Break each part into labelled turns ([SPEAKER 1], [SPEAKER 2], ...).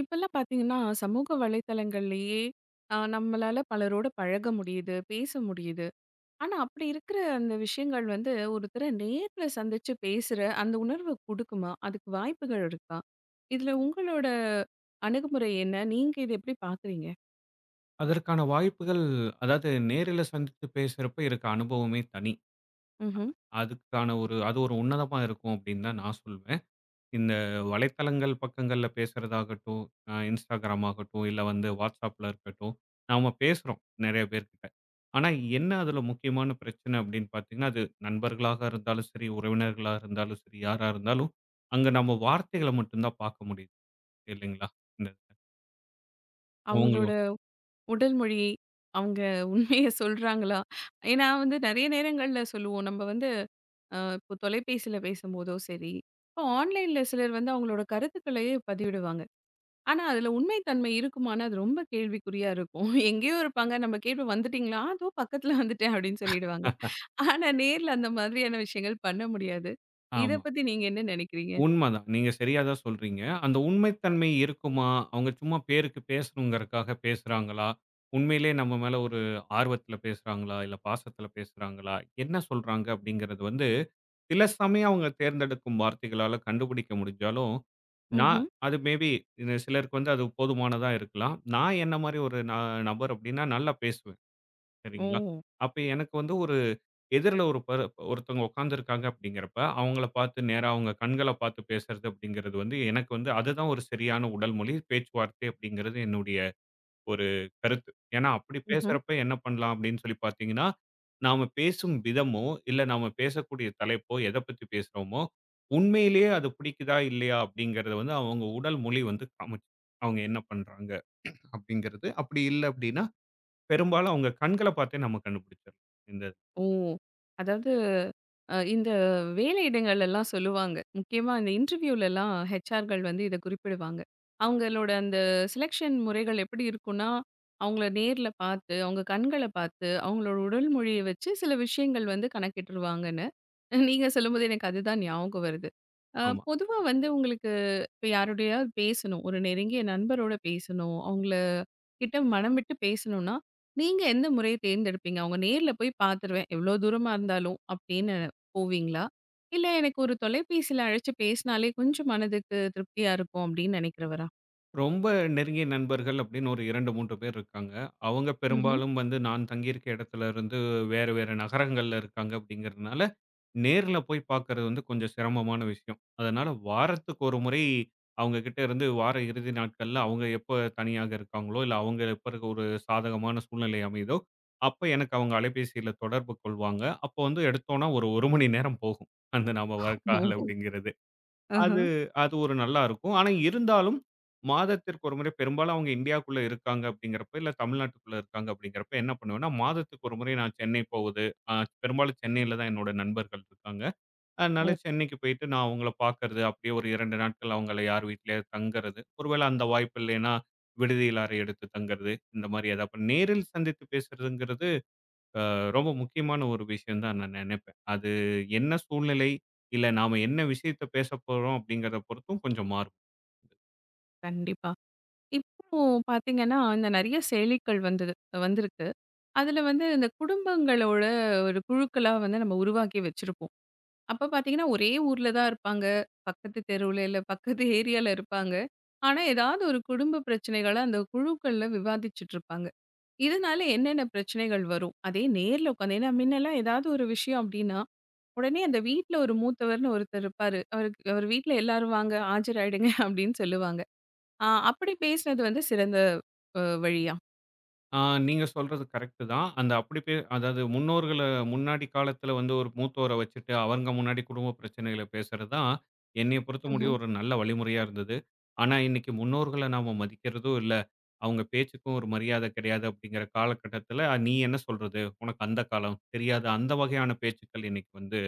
[SPEAKER 1] இப்பல்லாம் பார்த்தீங்கன்னா, சமூக வலைத்தளங்கள்லயே நம்மளால பலரோட பழக முடியுது, பேச முடியுது. ஆனா, அப்படி இருக்கிற அந்த விஷயங்கள் வந்து ஒருத்தர நேர்ல சந்திச்சு பேசுற அந்த உணர்வு குடுக்குமா? அதுக்கு வாய்ப்புகள் இருக்கா? இதுல உங்களோட அணுகுமுறை என்ன? நீங்க இத எப்படி பார்க்குறீங்க?
[SPEAKER 2] அதற்கான வாய்ப்புகள், அதாவது நேரில சந்தித்து பேசுறப்ப இருக்க அனுபவமே தனி.
[SPEAKER 1] ம்ஹ்ம்.
[SPEAKER 2] அதுக்கான ஒரு உன்னதமா இருக்கும் அப்படின்னு தான் நான் சொல்வேன். இந்த வலைத்தளங்கள் பக்கங்கள்ல பேசுறதாகட்டும், Instagram ஆகட்டும், இல்ல வந்து WhatsAppல இருக்கட்டும், நாம பேசுறோம் நெறைய பேர்கிட்ட. ஆனா என்ன அதுல முக்கியமான பிரச்சனை அப்படின்னு பார்த்தீங்கன்னா, அது நண்பர்களாக இருந்தாலும் சரி, உறவினர்களா இருந்தாலும் சரி, யாரா இருந்தாலும், அங்க நம்ம வார்த்தைகள மட்டும் தான் பார்க்க முடியுது, இல்லைங்களா? இந்த இதுல. அவங்களோட
[SPEAKER 1] அவங்களோட உடல் மொழி, அவங்க உண்மைய சொல்றாங்களா? ஏன்னா வந்து நெறைய நேரங்கள்ல சொல்லுவோம். நம்ம வந்து அ இப்போ தொலைபேசியில பேசும்போதோ சரி, இப்போ ஆன்லைன்ல சிலர் வந்து அவங்களோட கருத்துக்களையே பதிவிடுவாங்க. ஆனா, அதுல உண்மை தன்மை இருக்குமான்னா, அது ரொம்ப கேள்விக்குறியா இருக்கும். எங்கேயோ இருப்பாங்க. நம்ம கேட்போம் "வந்துட்டீங்களா?" "அதோ பக்கத்துல வந்துட்டேன்" அப்படின்னு சொல்லிடுவாங்க. ஆனா, நேர்ல அந்த மாதிரியான விஷயங்கள் பண்ண முடியாது. இத
[SPEAKER 2] ஆமா.
[SPEAKER 1] பத்தி நீங்க என்ன நெனைக்கிறீங்க?
[SPEAKER 2] உண்மதான். நீங்க சரியா தான் சொல்றீங்க. அந்த உண்மைத்தன்மை இருக்குமா? அவங்க சும்மா பேருக்கு பேசணுங்கிறக்காக பேசுறாங்களா? உண்மையிலேயே நம்ம மேல ஒரு ஆர்வத்துல பேசுறாங்களா? இல்ல பாசத்துல பேசுறாங்களா? என்ன சொல்றாங்க? அப்படிங்கிறது வந்து சில சமயம் அவங்க தேர்ந்தெடுக்கும் வார்த்தைகளால கண்டுபிடிக்க முடிஞ்சாலும், நான்
[SPEAKER 1] ம்ஹ்ம்.
[SPEAKER 2] அது மேபி சிலருக்கு வந்து அது போதுமானதா இருக்கலாம். நான் என்ன மாரி ஒரு நபர் அப்படின்னா நல்லா பேசுவேன். சரிங்களா?
[SPEAKER 1] ஓ!
[SPEAKER 2] அப்ப எனக்கு வந்து ஒரு எதிர்ல ஒரு ஒருத்தவங்க உட்கார்ந்துருக்காங்க அப்படிங்கிறப்ப, அவங்கள பார்த்து நேரா அவங்க கண்கள பார்த்து பேசுறது அப்படிங்கிறது வந்து, எனக்கு வந்து அதுதான் ஒரு சரியான உடல் மொழி. பேச்சுவார்த்தை அப்படிங்கிறது என்னுடைய ஒரு கருத்து. ஏன்னா, அப்படி
[SPEAKER 1] ம்ஹ்ம்.
[SPEAKER 2] பேசுறப்ப என்ன பண்ணலாம் அப்படின்னு சொல்லி பார்த்தீங்கன்னா, நாம பேசும் விதமோ, இல்ல நாம பேசக்கூடிய தலைப்போ, எத பத்தி பேசுறோமோ, உண்மையிலேயே அது பிடிக்குதா இல்லையா அப்படிங்கிறத வந்து அவங்க உடல் மொழி வந்து காமிச்சுரும். அவங்க என்ன பண்றாங்க அப்படிங்கிறது. அப்படி இல்ல அப்படின்னா பெரும்பாலும் அவங்க கண்கள பார்த்தே நம்ம கண்டுபிடிச்சிடலாம். இந்த இது.
[SPEAKER 1] ஓ! அதாவது இந்த வேலையிடங்கள் எல்லாம் சொல்லுவாங்க. முக்கியமா இந்த இன்டர்வியூலலாம் ஹெச்ஆர்கள் வந்து இத குறிப்பிடுவாங்க. அவங்களோட அந்த செலக்ஷன் முறைகள் எப்படி இருக்கும்னா, அவங்கள நேர்ல பார்த்து, அவங்க கண்கள பார்த்து, அவங்களோட உடல் மொழிய வச்சு சில விஷயங்கள் வந்து கணக்கிட்டுருவாங்கன்னு. நீங்க சொல்லும்போது எனக்கு அதுதான் ஞாபகம் வருது. அ
[SPEAKER 2] ஆமா.
[SPEAKER 1] பொதுவா வந்து உங்களுக்கு இப்ப யாரோடையாவது பேசணும். ஒரு நெருங்கிய நண்பரோட பேசணும். அவங்கள கிட்ட மனம் விட்டு பேசணும்னா, நீங்க எந்த முறைய தேர்ந்தெடுப்பீங்க? அவங்க நேர்ல போய் பார்த்துருவேன். எவ்ளோ தூரமா இருந்தாலும் அப்படின்னு போவீங்களா? இல்ல எனக்கு ஒரு தொலைபேசியில அழைச்சு பேசினாலே கொஞ்சம் மனதுக்கு திருப்தியா இருக்கும் அப்படின்னு நினைக்கிறவரா?
[SPEAKER 2] ரொம்ப நெருங்கிய நண்பர்கள் அப்படின்னு ஒரு 2, 3 பேர் இருக்காங்க. அவங்க
[SPEAKER 1] ம்ஹ்ம்.
[SPEAKER 2] பெரும்பாலும் வந்து நான் தங்கியிருக்க இடத்துல இருந்து வேறு வேறு நகரங்கள்ல இருக்காங்க அப்படிங்கிறதுனால, நேர்ல போய் பார்க்கறது வந்து கொஞ்சம் சிரமமான விஷயம். அதனால வாரத்துக்கு ஒரு முறை அவங்க கிட்ட இருந்து வார இறுதி நாட்கள்ல அவங்க எப்ப தனியாக இருக்காங்களோ, இல்ல அவங்க எப்ப இருக்க ஒரு சாதகமான சூழ்நிலை அமையுதோ, அப்ப எனக்கு அவங்க அலைபேசியில தொடர்பு கொள்வாங்க. அப்போ வந்து எடுத்தோம்னா ஒரு 1 மணி நேரம் போகும். அந்த நம்ம வர கால்
[SPEAKER 1] ஓஹோ!
[SPEAKER 2] அப்படிங்கிறது.
[SPEAKER 1] ஆஹ.
[SPEAKER 2] அது அது ஒரு நல்லா இருக்கும். ஆனா இருந்தாலும், மாதத்திற்கு ஒரு முறை பெரும்பாலும் அவங்க இந்தியாக்குள்ள இருக்காங்க அப்படிங்கிறப்ப, இல்ல தமிழ்நாட்டுக்குள்ள இருக்காங்க அப்படிங்கிறப்ப என்ன பண்ணுவேன்னா, மாதத்துக்கு ஒரு முறை நான் சென்னை போவது. அ பெரும்பாலும் சென்னையில தான் என்னோட நண்பர்கள் இருக்காங்க. அதனால
[SPEAKER 1] ஓ!
[SPEAKER 2] சென்னைக்கு போயிட்டு நான் அவங்கள பார்க்கறது, அப்படியே ஒரு 2 நாட்கள் அவங்கள யார் வீட்லயாவது தங்கறது. ஒருவேளை அந்த வாய்ப்பு இல்லைன்னா, விடுதியில அறை எடுத்து தங்கறது. இந்த மாரி ஏதாவது நேரில் சந்தித்து பேசுறதுங்கிறது ரொம்ப முக்கியமான ஒரு விஷயம் தான் நான் நினைப்பேன். அது என்ன சூழ்நிலை, இல்ல நாம என்ன விஷயத்த பேசப் போறோம் அப்படிங்கிறத பொறுத்தும் கொஞ்சம் மாறும்.
[SPEAKER 1] கண்டிப்பா. இப்போ பார்த்தீங்கன்னா, இந்த நெறைய செயலிகள் வந்திருக்கு. அதுல வந்து இந்த குடும்பங்களோட ஒரு குழுக்களா வந்து நம்ம உருவாக்கி வச்சிருப்போம். அப்ப பார்த்தீங்கன்னா, ஒரே ஊர்ல தான் இருப்பாங்க. பக்கத்து தெருவுல, இல்ல பக்கத்து ஏரியால இருப்பாங்க. ஆனா, ஏதாவது ஒரு குடும்ப பிரச்சனைகள அந்த குழுக்கள்ல விவாதிச்சுட்ருப்பாங்க. இதனால என்னென்ன பிரச்சனைகள் வரும்? அதே நேர்ல உட்காந்து ஏன்னா முன்னலாம் ஏதாவது ஒரு விஷயம் அப்டின்னா, உடனே அந்த வீட்ல ஒரு மூத்தவர்னு ஒருத்தர் இருப்பாரு. அவருக்கு அவர் வீட்ல எல்லாரும் வாங்க ஆஜராயிடுங்க அப்டின்னு சொல்லுவாங்க. ஆ அப்படி பேசினது வந்து சிறந்த வழியா?
[SPEAKER 2] ஆ நீங்க சொல்றது கரெக்ட் தான். அந்த அப்படி அதாவது முன்னோர்கள முன்னாடி காலத்துல வந்து ஒரு மூத்தோர வச்சுட்டு அவங்க முன்னாடி குடும்ப பிரச்சனைகள பேசுறது தான் என்னைய பொறுத்த முடியும்
[SPEAKER 1] ம்ஹ்ம்.
[SPEAKER 2] ஒரு நல்ல வழிமுறையா இருந்தது. ஆனா இன்னைக்கு முன்னோர்கள நாம மதிக்கிறதும் இல்ல. அவங்க பேச்சுக்கும் ஒரு மரியாதை கிடையாது அப்படிங்கிற காலகட்டத்துல, நீ என்ன சொல்றது? உனக்கு அந்த காலம் தெரியாத அந்த வகையான பேச்சுக்கள் இன்னைக்கு வந்து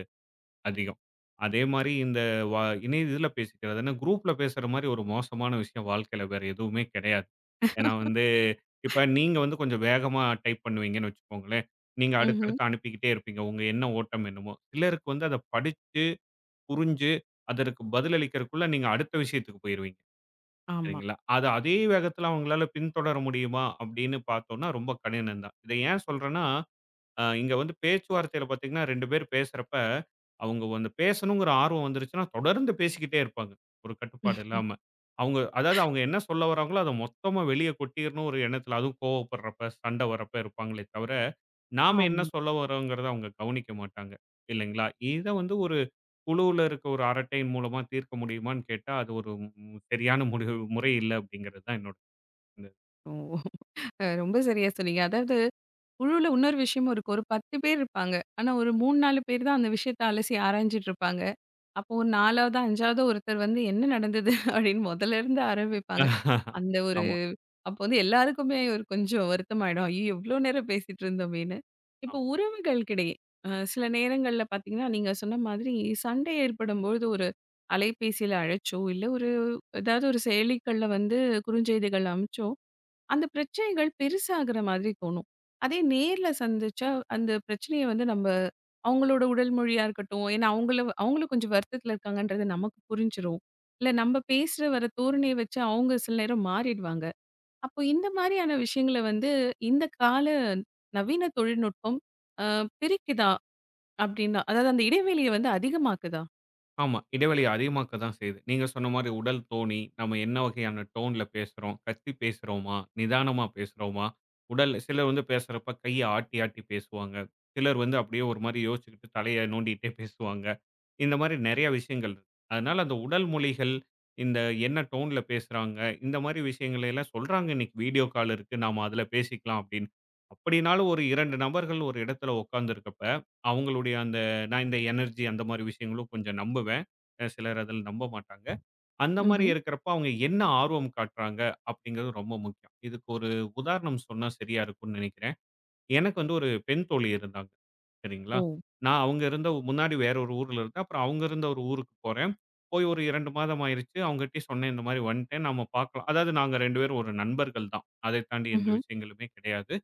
[SPEAKER 2] அதிகம். அதே மாரி இந்த வ இணைய இதுல பேசிக்கிறதுன்னா, குரூப்ல பேசுற மாரி ஒரு மோசமான விஷயம் வாழ்க்கையில வேற எதுவுமே கிடையாது. ஏன்னா வந்து, இப்ப நீங்க வந்து கொஞ்சம் வேகமா டைப் பண்ணுவீங்கன்னு வச்சுக்கோங்களேன். நீங்க
[SPEAKER 1] ம்ஹ்ம்.
[SPEAKER 2] அடுத்தடுத்து அனுப்பிக்கிட்டே இருப்பீங்க. உங்க என்ன ஓட்டம் என்னமோ. சிலருக்கு வந்து அத படிச்சு, புரிஞ்சு, அதற்கு பதிலளிக்கிறதுக்குள்ள நீங்க அடுத்த விஷயத்துக்கு போயிருவீங்க.
[SPEAKER 1] ஆமா.
[SPEAKER 2] சரிங்களா? அத அதே வேகத்துல அவங்களால பின்தொடர முடியுமா? அப்படின்னு பார்த்தோம்னா ரொம்ப கடினம் தான். இத ஏன் சொல்றேன்னா இங்க வந்து பேச்சுவார்த்தையில பார்த்தீங்கன்னா, 2 பேர் பேசுறப்ப, அவங்க வந்து பேசணுங்கிற ஆர்வம் வந்துருச்சுன்னா, தொடர்ந்து பேசிக்கிட்டே இருப்பாங்க. ஒரு கட்டுப்பாடு
[SPEAKER 1] ஆமா.
[SPEAKER 2] இல்லாம. அவங்க அதாவது அவங்க என்ன சொல்ல வராங்களோ, அத மொத்தமா வெளிய கொட்டிரணும்னு ஒரு எண்ணத்துல, அதுவும் கோவப்படுறப்ப, சண்ட வரப்ப இருப்பாங்களே தவிர, நாம என்ன
[SPEAKER 1] ஆமா.
[SPEAKER 2] சொல்ல வரோங்கிறத அவங்க கவனிக்க மாட்டாங்க. இல்லைங்களா? இத வந்து ஒரு குழுவுல இருக்க ஒரு அரட்டையின் மூலமா தீர்க்க முடியுமான்னு கேட்டா, அது ஒரு சரியான முடிவு முறை இல்ல அப்படிங்கிறது தான் என்னோட இது.
[SPEAKER 1] ஓ! ரொம்ப சரியா சொன்னீங்க. அதாவது குழுவுல இன்னொரு விஷயமும் இருக்கும். ஒரு 10 பேர் இருப்பாங்க. ஆனா ஒரு 3, 4 பேர் தான் அந்த விஷயத்த அலசி ஆராய்ஞ்சுட்டு இருப்பாங்க. அப்போ ஒரு 4ஆவது, 5ஆவது ஒருத்தர் வந்து என்ன நடந்தது அப்படின்னு முதல்ல இருந்து ஆரம்பிப்பாங்க. அந்த ஒரு
[SPEAKER 2] ஆமா.
[SPEAKER 1] அப்போ வந்து எல்லாருக்குமே ஒரு கொஞ்சம் வருத்தமாயிடும். ஐயோ! எவ்ளோ நேரம் பேசிட்டு இருந்தோமேன்னு. இப்போ உறவுகளுக்கிடையே சில நேரங்கள்ல பார்த்தீங்கன்னா, நீங்க சொன்ன மாதிரி சண்டை ஏற்படும்பொழுது ஒரு அலைபேசியில அழைச்சோ, இல்ல ஒரு ஏதாவது ஒரு செயலிகள்ல வந்து குறுஞ்செய்திகள் அனுப்பிச்சோ அந்த பிரச்சனைகள் பெருசாகுற மாதிரி தோணும். அதே நேர்ல சந்திச்சா, அந்த பிரச்சனைய வந்து நம்ம அவங்களோட உடல் மொழியா இருக்கட்டும், ஏன்னா அவங்கள கொஞ்சம் வருத்தத்தில இருக்காங்கன்றது நமக்கு புரிஞ்சிரும். இல்ல நம்ம பேசுற வர தோரணைய வச்சு அவங்க சில நேரம் மாறிடுவாங்க. அப்போ இந்த மாரியான விஷயங்கள வந்து இந்த கால நவீன தொழில்நுட்பம் அ பிரிக்குதா? அப்டின்னா, அதாவது அந்த இடைவெளிய வந்து அதிகமாக்குதா?
[SPEAKER 2] ஆமா. இடைவெளிய அதிகமாக்க தான் செய்யுது. நீங்க சொன்ன மாரி உடல் தோணி, நம்ம என்ன வகையான டோன்ல பேசுறோம்? கத்தி பேசுறோமா? நிதானமா பேசுறோமா? உடல் சிலர் வந்து பேசுறப்ப கைய ஆட்டி, ஆட்டி பேசுவாங்க. சிலர் வந்து அப்படியே ஒரு மாரி யோசிச்சுக்கிட்டு தலைய நோண்டிட்டே பேசுவாங்க. இந்த மாரி நெறைய விஷயங்கள் இருக்கு. அதனால அந்த உடல் மொழிகள், இந்த என்ன டோன்ல பேசுறாங்க, இந்த மாரி விஷயங்கள எல்லாம் சொல்றாங்க இன்னைக்கு வீடியோ கால் இருக்கு. நாம அதுல பேசிக்கலாம் அப்படின்னு. அப்படினாலும் ஒரு 2 நபர்கள் ஒரு இடத்துல உட்கார்ந்திருக்கப்ப, அவங்களுடைய அந்த இந்த எனர்ஜி அந்த மாரி விஷயங்களும் கொஞ்சம் நம்புவேன். சிலர் அதில நம்ப மாட்டாங்க. அந்த மாரி
[SPEAKER 1] ம்ஹ்ம்.
[SPEAKER 2] இருக்கிறப்ப அவங்க என்ன ஆர்வம் காட்டுறாங்க அப்படிங்கிறது ரொம்ப முக்கியம். இதுக்கு ஒரு உதாரணம் சொன்னா சரியா இருக்கும்னு நினைக்கிறேன். எனக்கு வந்து ஒரு பெண் தோழி இருந்தாங்க.
[SPEAKER 1] ஓ!
[SPEAKER 2] சரிங்களா? நான் அவங்க இருந்த முன்னாடி வேற ஒரு ஊர்ல இருந்தேன். அப்புறம் அவங்க இருந்த ஒரு ஊருக்கு போறேன். போய் ஒரு 2 மாதம் ஆயிருச்சு. அவங்ககிட்டயும் சொன்னேன் இந்த மாரி வந்துட்டேன். நாம பார்க்கலாம். அதாவது நாங்க 2 பேரும் ஒரு நண்பர்கள் தான். அதை தாண்டி எந்த
[SPEAKER 1] ம்ஹ்ம்.
[SPEAKER 2] விஷயங்களுமே கிடையாது.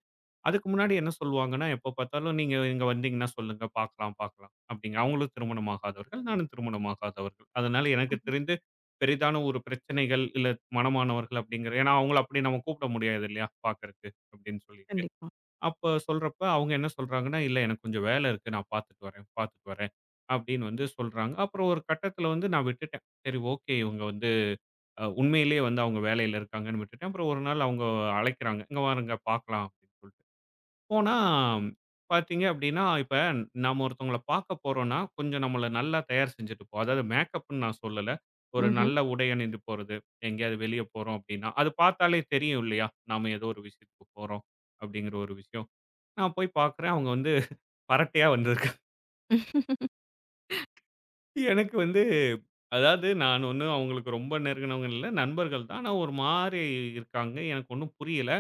[SPEAKER 2] அதுக்கு முன்னாடி என்ன சொல்லுவாங்கன்னா, எப்போ பார்த்தாலும் நீங்க இங்க வந்தீங்கன்னா சொல்லுங்க பார்க்கலாம், பார்க்கலாம் அப்படிங்க. அவங்களும் திருமணம் ஆகாதவர்கள், நானும் திருமணம் ஆகாதவர்கள். அதனால எனக்கு தெரிந்து பெரிதான ஒரு பிரச்சனைகள் இல்ல மனமானவர்கள் அப்படிங்கிற ஏன்னா அவங்கள அப்படி நம்ம கூப்பிட முடியாது இல்லையா பார்க்கறக்கு அப்படின்னு சொல்லிட்டு.
[SPEAKER 1] கண்டிப்பா.
[SPEAKER 2] அப்ப சொல்றப்ப அவங்க என்ன சொல்றாங்கன்னா, "இல்ல எனக்கு கொஞ்சம் வேலை இருக்கு. நான் பார்த்துட்டு வரேன், பார்த்துட்டு வரேன்" அப்படின்னு வந்து சொல்றாங்க. அப்புறம் ஒரு கட்டத்தில வந்து நான் விட்டுட்டேன். சரி ஓகே இவங்க வந்து உண்மையிலேயே வந்து அவங்க வேலையில இருக்காங்கன்னு விட்டுட்டேன். அப்புறம் ஒரு நாள் அவங்க அழைக்கிறாங்க. "இங்க வாருங்க பார்க்கலாம்" அப்படின்னு சொல்லிட்டு. போனா, பார்த்தீங்க அப்படின்னா, இப்ப நம்ம ஒருத்தவங்கள பார்க்க போறோம்னா, கொஞ்சம் நம்மள நல்லா தயார் செஞ்சுட்டு அதாவது மேக்கப்ன்னு நான் சொல்லல. ஒரு
[SPEAKER 1] ம்ஹ்ம்.
[SPEAKER 2] நல்ல உடை அணிந்து போறது. எங்கேயாவது வெளிய போறோம் அப்படின்னா, அது பார்த்தாலே தெரியும் இல்லையா? நாம ஏதோ ஒரு விஷயத்துக்கு போறோம் அப்படிங்கிற ஒரு விஷயம். நான் போய் பார்க்குறேன். அவங்க வந்து பரட்டையா வந்திருக்காங்க. எனக்கு வந்து அதாவது நான் ஒண்ணும் அவங்களுக்கு ரொம்ப நெருங்குனவங்க இல்ல. நண்பர்கள் தான். ஆனா ஒரு மாரி இருக்காங்க. எனக்கு ஒண்ணும் புரியல.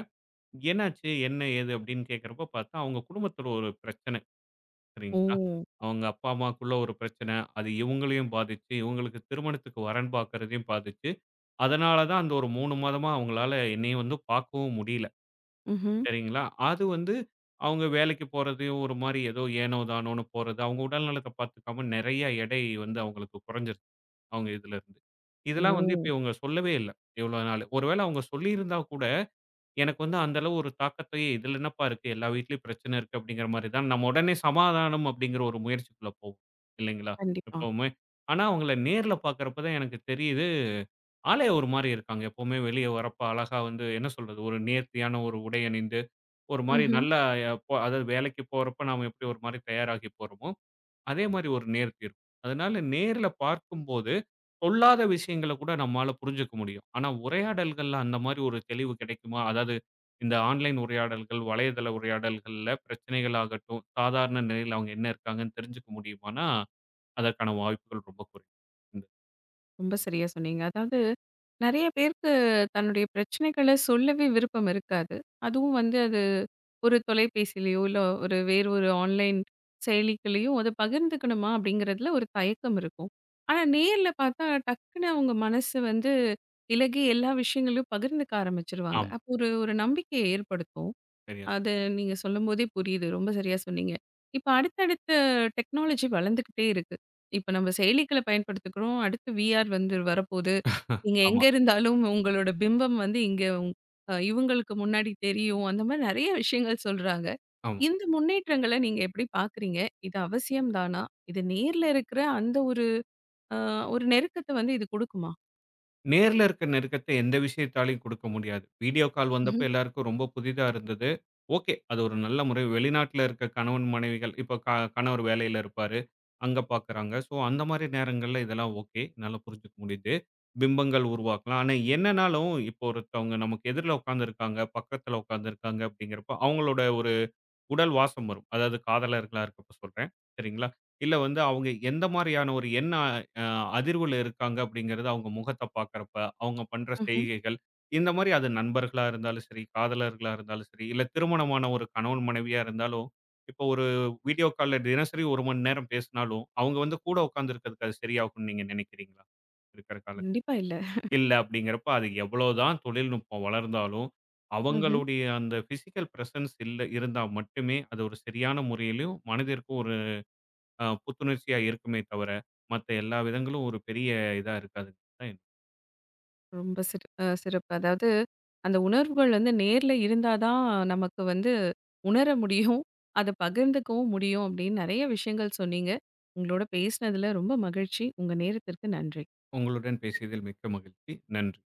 [SPEAKER 2] என்னாச்சு? என்ன? ஏது? அப்படின்னு கேட்கிறப்போ பார்த்தா, அவங்க குடும்பத்தில ஒரு பிரச்சனை.
[SPEAKER 1] ஓ!
[SPEAKER 2] சரிங்களா? அவங்க அப்பா, அம்மாக்குள்ள ஒரு பிரச்சனை. அது இவங்களையும் பாதிச்சு, இவங்களுக்கு திருமணத்துக்கு வரன் பார்க்கிறதையும் பாதிச்சு. அதனால தான் அந்த ஒரு 3 மாதமா அவங்களால என்னையும் வந்து பார்க்கவும் முடியல.
[SPEAKER 1] ம்ஹ்ம்.
[SPEAKER 2] சரிங்களா? அது வந்து அவங்க வேலைக்கு போறதையும் ஒரு மாரி ஏதோ ஏனோ தானோன்னு போறது, அவங்க உடல் நலத்தை பார்த்துக்காம நெறைய எடை வந்து அவங்களுக்கு குறைஞ்சிருச்சு. அவங்க இதுல இருந்து. இதெல்லாம் வந்து இப்ப
[SPEAKER 1] ஓ!
[SPEAKER 2] இவங்க சொல்லவே இல்ல. இவ்வளோ நாளு. ஒருவேள அவங்க சொல்லியிருந்தா கூட எனக்கு வந்து அந்த அளவு ஒரு தாக்கத்தை இதில என்னப்பா இருக்கு? எல்லா வீட்லயும் பிரச்சனை இருக்கு அப்படிங்கிற மாரி தான் நம்ம உடனே சமாதானம் அப்படிங்கிற ஒரு முயற்சிக்குள்ள போவோம். இல்லைங்களா?
[SPEAKER 1] கண்டிப்பா.
[SPEAKER 2] எப்பவுமே. ஆனா அவங்கள நேர்ல பார்க்கிறப்ப தான் எனக்கு தெரியுது. ஆளே ஒரு மாரி இருக்காங்க. எப்பவுமே வெளிய வரப்ப அழகா வந்து என்ன சொல்றது? ஒரு நேர்த்தியான ஒரு உடை அணிந்து, ஒரு மாரி
[SPEAKER 1] ம்ஹ்ம்.
[SPEAKER 2] நல்லா அதாவது வேலைக்கு போறப்ப நாம எப்படி ஒரு மாரி தயாராகி போறோமோ, அதே மாரி ஒரு நேர்த்தி இருக்கும். அதனால நேர்ல பார்க்கும்போது சொல்லாத விஷயங்கள கூட நம்மால புரிஞ்சுக்க முடியும். ஆனா உரையாடல்கள்ல அந்த மாரி ஒரு தெளிவு கிடைக்குமா? அதாவது இந்த ஆன்லைன் உரையாடல்கள், வலைதள உரையாடல்கள்ல பிரச்சனைகள் ஆகட்டும், சாதாரண நிலையில அவங்க என்ன இருக்காங்கன்னு தெரிஞ்சுக்க முடியுமானா, அதற்கான வாய்ப்புகள் ரொம்ப குறைவு. ம்.
[SPEAKER 1] ரொம்ப சரியா சொன்னீங்க. அதாவது நெறைய பேருக்கு தன்னுடைய பிரச்சனைகள சொல்லவே விருப்பம் இருக்காது. அதுவும் வந்து அது ஒரு தொலைபேசியிலயோ, இல்ல ஒரு வேறு ஒரு ஆன்லைன் செயலிகளையும் அத பகிர்ந்துக்கணுமா அப்படிங்கிறதுல ஒரு தயக்கம் இருக்கும். ஆனா நேர்ல பார்த்தா டக்குனு அவங்க மனசு வந்து இலகி எல்லா விஷயங்களையும் பகிர்ந்துக்க ஆரம்பிச்சுருவாங்க.
[SPEAKER 2] ஆமா.
[SPEAKER 1] அப்போ ஒரு ஒரு நம்பிக்கைய ஏற்படுத்தும்.
[SPEAKER 2] சரியா சொ
[SPEAKER 1] அது நீங்க சொல்லும்போதே புரியுது. ரொம்ப சரியா சொன்னீங்க. இப்ப அடுத்தடுத்த டெக்னாலஜி வளர்ந்துக்கிட்டே இருக்கு. இப்ப நம்ம செயலிகள பயன்படுத்துக்கிறோம். அடுத்து விஆர் வந்து வரப்போது. நீங்க
[SPEAKER 2] ஆமா,
[SPEAKER 1] எங்க இருந்தாலும் உங்களோட பிம்பம் வந்து இங்க உங் அ இவங்களுக்கு முன்னாடி தெரியும். அந்த மாரி நெறைய விஷயங்கள் சொல்றாங்க.
[SPEAKER 2] ஆமா.
[SPEAKER 1] இந்த முன்னேற்றங்கள நீங்க எப்படி பார்க்குறீங்க? இது அவசியம் தானா? இது நேர்ல இருக்கிற அந்த ஒரு அ ஒரு நெருக்கத்த வந்து இது குடுக்குமா?
[SPEAKER 2] நேர்ல இருக்க நெருக்கத்த எந்த விஷயத்தாலயும் குடுக்க முடியாது. வீடியோ கால் வந்தப்ப
[SPEAKER 1] ம்ஹ்ம்,
[SPEAKER 2] எல்லாருக்கும் ரொம்ப புதிதா இருந்தது. ஓகே. அது ஒரு நல்ல முறை. வெளிநாட்ல இருக்க கணவன், மனைவிகள் இப்ப கணவர் வேலையில இருப்பாரு. அங்க பாக்குறாங்க. ஸோ அந்த மாரி நேரங்கள்ல இதெல்லாம் ஓகே. என்னால புரிஞ்சுக்க முடியுது. பிம்பங்கள் உருவாக்கலாம். ஆனா என்னனாலும் இப்போ ஒருத்தவங்க நமக்கு எதிர்ல உட்கார்ந்திருக்காங்க, பக்கத்துல உட்கார்ந்திருக்காங்க அப்படிங்கிறப்போ அவங்களோட ஒரு உடல் வாசம் வரும். அதாவது காதலர்களா இருக்கப்ப சொல்றேன். சரிங்களா? இல்ல வந்து அவங்க எந்த மாரியான ஒரு எண்ண அ அதிர்வுல இருக்காங்க அப்படிங்கிறது அவங்க முகத்த பார்க்கறப்ப, அவங்க பண்ற
[SPEAKER 1] ம்ஹ்ம்.
[SPEAKER 2] செய்கைகள், இந்த மாரி அது நண்பர்களா இருந்தாலும் சரி, காதலர்களா இருந்தாலும் சரி, இல்ல திருமணமான ஒரு கணவன் மனைவியா இருந்தாலும், இப்போ ஒரு வீடியோ கால்ல தினசரி 1 மணி நேரம் பேசினாலும், அவங்க வந்து கூட உட்கார்ந்து இருக்கிறதுக்கு அது சரியாகும்னு நீங்க நினைக்கிறீங்களா? இருக்கிற கால
[SPEAKER 1] கண்டிப்பா இல்ல.
[SPEAKER 2] இல்ல அப்படிங்கிறப்ப அது எவ்வளோதான் தொழில்நுட்பம் வளர்ந்தாலும்,
[SPEAKER 1] ம்ஹ்ம்.
[SPEAKER 2] அவங்களுடைய அந்த பிசிக்கல் பிரசன்ஸ் இல்ல இருந்தா மட்டுமே அது ஒரு சரியான முறையிலும் மனதிற்கு ஒரு புத்துணர்ச்சியா இருக்குமே தவிர, மத்த எல்லா விதங்களும் ஒரு பெரிய இதா இருக்காதுன்னு தான்.
[SPEAKER 1] ரொம்ப சிறப்பு. அதாவது அந்த உணர்வுகள் வந்து நேர்ல இருந்தா தான் நமக்கு வந்து உணர முடியும். அத பகிர்ந்துக்கவும் முடியும் அப்படின்னு நெறைய விஷயங்கள் சொன்னீங்க. உங்களோட பேசினதுல ரொம்ப மகிழ்ச்சி. உங்க நேரத்திற்கு நன்றி.
[SPEAKER 2] உங்களுடன் பேசியதில் மிக்க மகிழ்ச்சி. நன்றி.